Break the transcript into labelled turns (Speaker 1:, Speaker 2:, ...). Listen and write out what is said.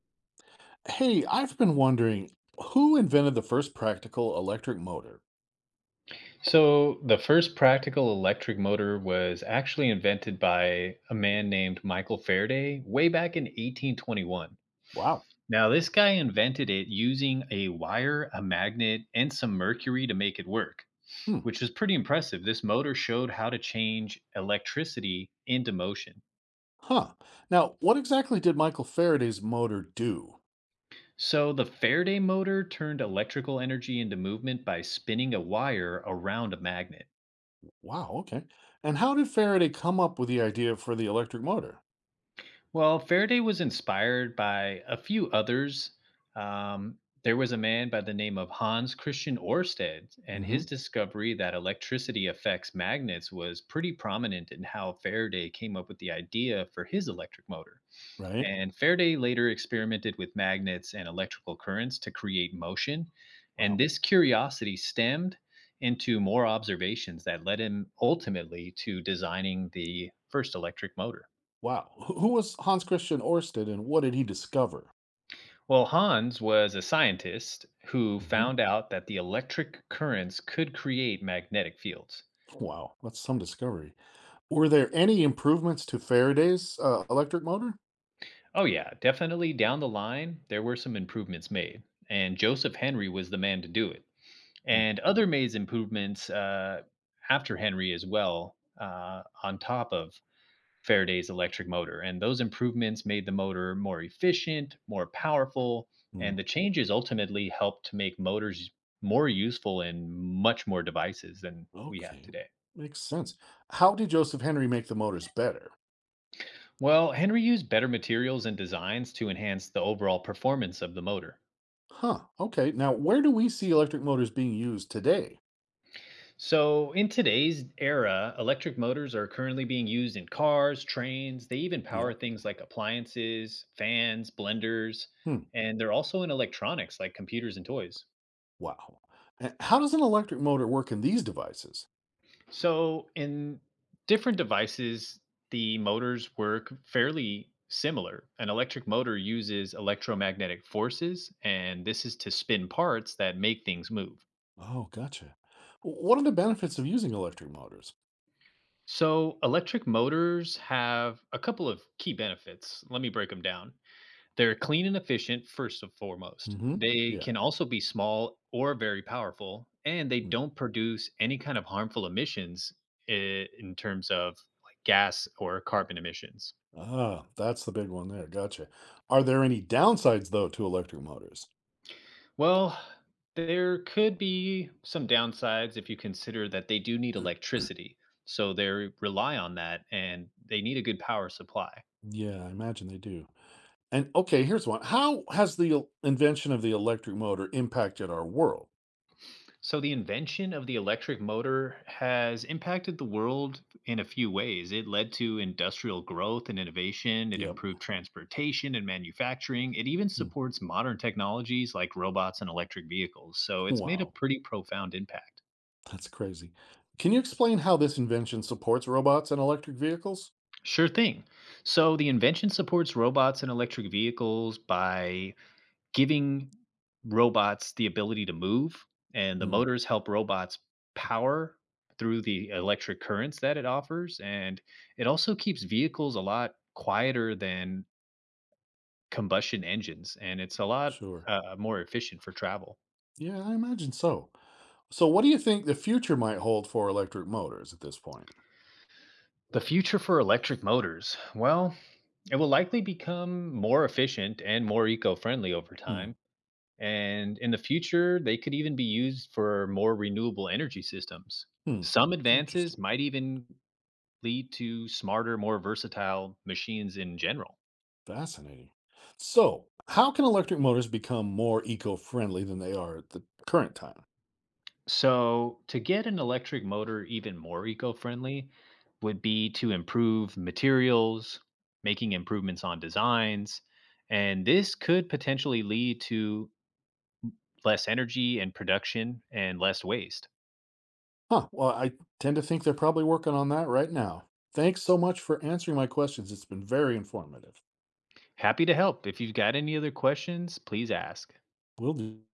Speaker 1: Hey, I've been wondering who invented the first practical electric motor?
Speaker 2: So, the first practical electric motor was actually invented by a man named Michael Faraday way back in 1821.
Speaker 1: Wow.
Speaker 2: Now, this guy invented it using a wire, a magnet, and some mercury to make it work,
Speaker 1: Hmm.
Speaker 2: which was pretty impressive. This motor showed how to change electricity into motion.
Speaker 1: Huh. Now, what exactly did Michael Faraday's motor do?
Speaker 2: So, the Faraday motor turned electrical energy into movement by spinning a wire around a magnet.
Speaker 1: Wow. Okay. And how did Faraday come up with the idea for the electric motor?
Speaker 2: Well, Faraday was inspired by a few others. There was a man by the name of Hans Christian Ørsted, and his
Speaker 1: Mm-hmm.
Speaker 2: discovery that electricity affects magnets was pretty prominent in how Faraday came up with the idea for his electric motor.
Speaker 1: Right.
Speaker 2: And Faraday later experimented with magnets and electrical currents to create motion. And
Speaker 1: Wow.
Speaker 2: this curiosity stemmed into more observations that led him ultimately to designing the first electric motor.
Speaker 1: Wow. Wh- Who was Hans Christian Ørsted and what did he discover?
Speaker 2: Well, Hans was a scientist who
Speaker 1: Mm-hmm.
Speaker 2: found out that the electric currents could create magnetic fields.
Speaker 1: Wow. That's some discovery. Were there any improvements to Faraday's electric motor?
Speaker 2: Oh, yeah, definitely down the line, there were some improvements made, and Joseph Henry was the man to do it.
Speaker 1: Hmm.
Speaker 2: And other made improvements after Henry as well, on top of Faraday's electric motor, and those improvements made the motor more efficient, more powerful,
Speaker 1: Hmm.
Speaker 2: and the changes ultimately helped to make motors more useful in much more devices than we have
Speaker 1: Okay,
Speaker 2: today.
Speaker 1: makes sense. How did Joseph Henry make the motors better?
Speaker 2: Well, Henry used better materials and designs to enhance the overall performance of the motor.
Speaker 1: Huh, okay. Now, where do we see electric motors being used today?
Speaker 2: So, in today's era, electric motors are currently being used in cars, trains, they even power
Speaker 1: Yep.
Speaker 2: things like appliances, fans, blenders,
Speaker 1: Hmm,
Speaker 2: and they're also in electronics like computers and toys.
Speaker 1: wow. A- How does an electric motor work in these devices?
Speaker 2: So, in different devices, the motors work fairly similar. An electric motor uses electromagnetic forces, and this is to spin parts that make things move.
Speaker 1: Oh, gotcha. W- What are the benefits of using electric motors?
Speaker 2: So, electric motors have a couple of key benefits. Let me break them down. They're clean and efficient, first and foremost.
Speaker 1: Mm-hmm.
Speaker 2: They
Speaker 1: Yeah.
Speaker 2: can also be small or very powerful, and they
Speaker 1: Hmm.
Speaker 2: don't produce any kind of harmful emissions in terms of like gas or carbon emissions.
Speaker 1: Ah, that's the big one there. Gotcha. Are there any downsides, though, to electric motors?
Speaker 2: Well, there could be some downsides if you consider that they do need electricity. So they rely on that and they need a good power supply.
Speaker 1: Yeah, I imagine they do. And okay, here's one. How has the el- invention of the electric motor impacted our world?
Speaker 2: So the invention of the electric motor has impacted the world in a few ways. It led to industrial growth and innovation, it
Speaker 1: Yep.
Speaker 2: improved transportation and manufacturing, it even
Speaker 1: Hmm,
Speaker 2: supports modern technologies like robots and electric vehicles. So it's made a
Speaker 1: wow,
Speaker 2: pretty profound impact.
Speaker 1: that's crazy. Can you explain how this invention supports robots and electric vehicles?
Speaker 2: Sure thing. So the invention supports robots and electric vehicles by giving robots the ability to move, and the
Speaker 1: Hmm,
Speaker 2: motors help robots power through the electric currents that it offers. And it also keeps vehicles a lot quieter than combustion engines, and it's a lot
Speaker 1: sure.
Speaker 2: more efficient for travel.
Speaker 1: Yeah, I imagine so. So, what do you think the future might hold for electric motors at this point?
Speaker 2: The future for electric motors. Well, it will likely become more efficient and more eco friendly over
Speaker 1: Hmm,
Speaker 2: time. And in the future, they could even be used for more renewable energy systems.
Speaker 1: hmm.
Speaker 2: Some advances
Speaker 1: Interesting.
Speaker 2: might even lead to smarter, more versatile machines in general.
Speaker 1: Fascinating. So, how can electric motors become more eco friendly than they are at the current time?
Speaker 2: So, to get an electric motor even more eco friendly would be to improve materials, making improvements on designs. And this could potentially lead to less energy and production and less waste.
Speaker 1: Huh, well, I tend to think they're probably working on that right now. Thanks so much for answering my questions. It's been very informative.
Speaker 2: Happy to help. If you've got any other questions, please ask.
Speaker 1: Will do.